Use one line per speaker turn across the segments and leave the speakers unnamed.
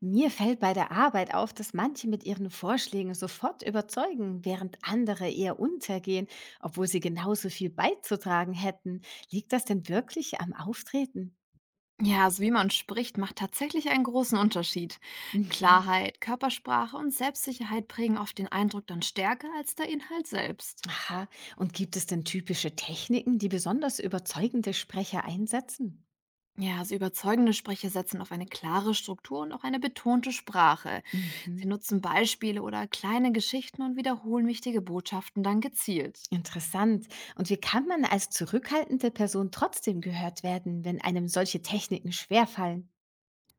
Mir fällt bei der Arbeit auf, dass manche mit ihren Vorschlägen sofort überzeugen, während andere eher untergehen, obwohl sie genauso viel beizutragen hätten. Liegt das denn wirklich am Auftreten?
Ja, also wie man spricht, macht tatsächlich einen großen Unterschied.
Mhm.
Klarheit, Körpersprache und Selbstsicherheit prägen oft den Eindruck dann stärker als der Inhalt selbst.
Aha. Und gibt es denn typische Techniken, die besonders überzeugende Sprecher einsetzen?
Ja, also überzeugende Sprecher setzen auf eine klare Struktur und auch eine betonte Sprache. Sie
Mhm.
nutzen Beispiele oder kleine Geschichten und wiederholen wichtige Botschaften dann gezielt.
Interessant. Und wie kann man als zurückhaltende Person trotzdem gehört werden, wenn einem solche Techniken schwerfallen?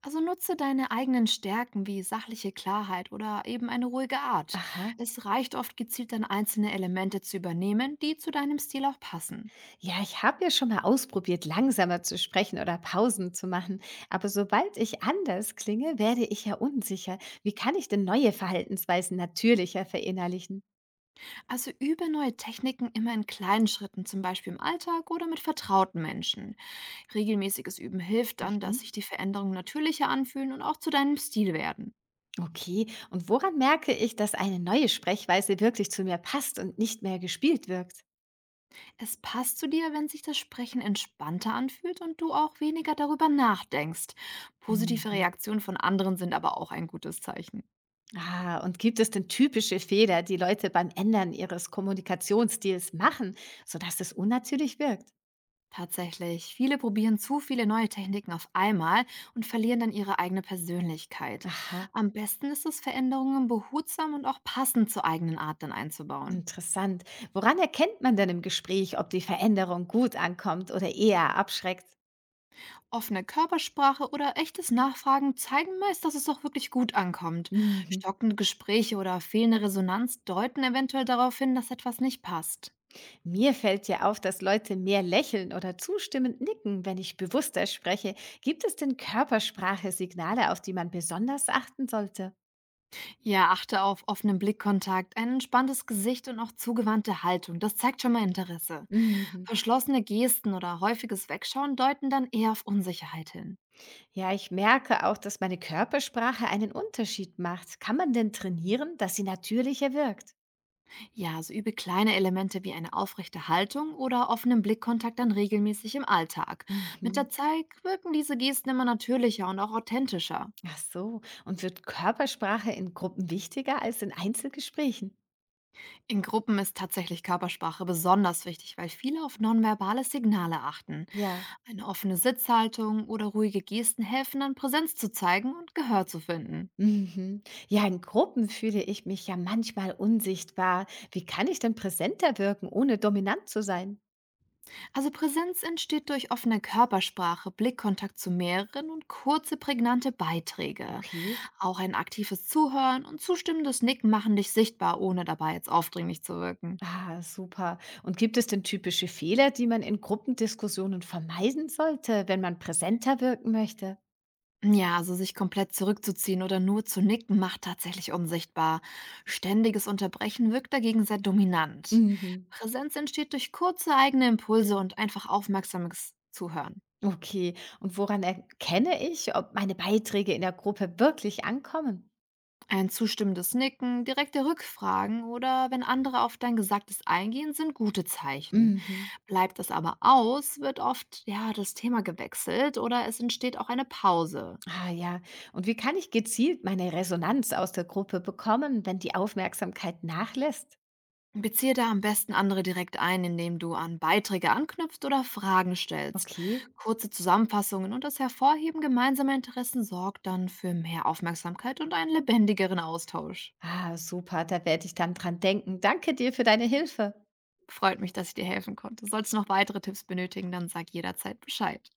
Also nutze deine eigenen Stärken wie sachliche Klarheit oder eben eine ruhige Art.
Aha.
Es reicht oft gezielt dann einzelne Elemente zu übernehmen, die zu deinem Stil auch passen.
Ja, ich habe ja schon mal ausprobiert, langsamer zu sprechen oder Pausen zu machen. Aber sobald ich anders klinge, werde ich ja unsicher. Wie kann ich denn neue Verhaltensweisen natürlicher verinnerlichen?
Also übe neue Techniken immer in kleinen Schritten, zum Beispiel im Alltag oder mit vertrauten Menschen. Regelmäßiges Üben hilft dann, dass sich
Mhm.
die Veränderungen natürlicher anfühlen und auch zu deinem Stil werden.
Okay, und woran merke ich, dass eine neue Sprechweise wirklich zu mir passt und nicht mehr gespielt wirkt?
Es passt zu dir, wenn sich das Sprechen entspannter anfühlt und du auch weniger darüber nachdenkst. Positive
Mhm.
Reaktionen von anderen sind aber auch ein gutes Zeichen.
Ah, und gibt es denn typische Fehler, die Leute beim Ändern ihres Kommunikationsstils machen, sodass es unnatürlich wirkt?
Tatsächlich, viele probieren zu viele neue Techniken auf einmal und verlieren dann ihre eigene Persönlichkeit.
Aha.
Am besten ist es, Veränderungen behutsam und auch passend zur eigenen Art dann einzubauen.
Interessant. Woran erkennt man denn im Gespräch, ob die Veränderung gut ankommt oder eher abschreckt?
Offene Körpersprache oder echtes Nachfragen zeigen meist, dass es auch wirklich gut ankommt.
Mhm.
Stockende Gespräche oder fehlende Resonanz deuten eventuell darauf hin, dass etwas nicht passt.
Mir fällt ja auf, dass Leute mehr lächeln oder zustimmend nicken, wenn ich bewusster spreche. Gibt es denn Körpersprache-Signale, auf die man besonders achten sollte?
Ja, achte auf offenen Blickkontakt, ein entspanntes Gesicht und auch zugewandte Haltung. Das zeigt schon mal Interesse.
Mhm.
Verschlossene Gesten oder häufiges Wegschauen deuten dann eher auf Unsicherheit hin.
Ja, ich merke auch, dass meine Körpersprache einen Unterschied macht. Kann man denn trainieren, dass sie natürlicher wirkt?
Ja, so übe kleine Elemente wie eine aufrechte Haltung oder offenen Blickkontakt dann regelmäßig im Alltag. Mit
Mhm.
der Zeit wirken diese Gesten immer natürlicher und auch authentischer.
Ach so, und wird Körpersprache in Gruppen wichtiger als in Einzelgesprächen?
In Gruppen ist tatsächlich Körpersprache besonders wichtig, weil viele auf nonverbale Signale achten.
Ja.
Eine offene Sitzhaltung oder ruhige Gesten helfen dann, Präsenz zu zeigen und Gehör zu finden.
Mhm. Ja, in Gruppen fühle ich mich ja manchmal unsichtbar. Wie kann ich denn präsenter wirken, ohne dominant zu sein?
Also Präsenz entsteht durch offene Körpersprache, Blickkontakt zu mehreren und kurze, prägnante Beiträge.
Okay.
Auch ein aktives Zuhören und zustimmendes Nicken machen dich sichtbar, ohne dabei jetzt aufdringlich zu wirken.
Ah, super. Und gibt es denn typische Fehler, die man in Gruppendiskussionen vermeiden sollte, wenn man präsenter wirken möchte?
Ja, also sich komplett zurückzuziehen oder nur zu nicken macht tatsächlich unsichtbar. Ständiges Unterbrechen wirkt dagegen sehr dominant.
Mhm.
Präsenz entsteht durch kurze eigene Impulse und einfach aufmerksames Zuhören.
Okay. Und woran erkenne ich, ob meine Beiträge in der Gruppe wirklich ankommen?
Ein zustimmendes Nicken, direkte Rückfragen oder wenn andere auf dein Gesagtes eingehen, sind gute Zeichen.
Mhm.
Bleibt das aber aus, wird oft ja das Thema gewechselt oder es entsteht auch eine Pause.
Ah ja. Und wie kann ich gezielt meine Resonanz aus der Gruppe bekommen, wenn die Aufmerksamkeit nachlässt?
Beziehe da am besten andere direkt ein, indem du an Beiträge anknüpfst oder Fragen stellst.
Okay.
Kurze Zusammenfassungen und das Hervorheben gemeinsamer Interessen sorgt dann für mehr Aufmerksamkeit und einen lebendigeren Austausch.
Ah, super, da werde ich dann dran denken. Danke dir für deine Hilfe.
Freut mich, dass ich dir helfen konnte. Sollst du noch weitere Tipps benötigen, dann sag jederzeit Bescheid.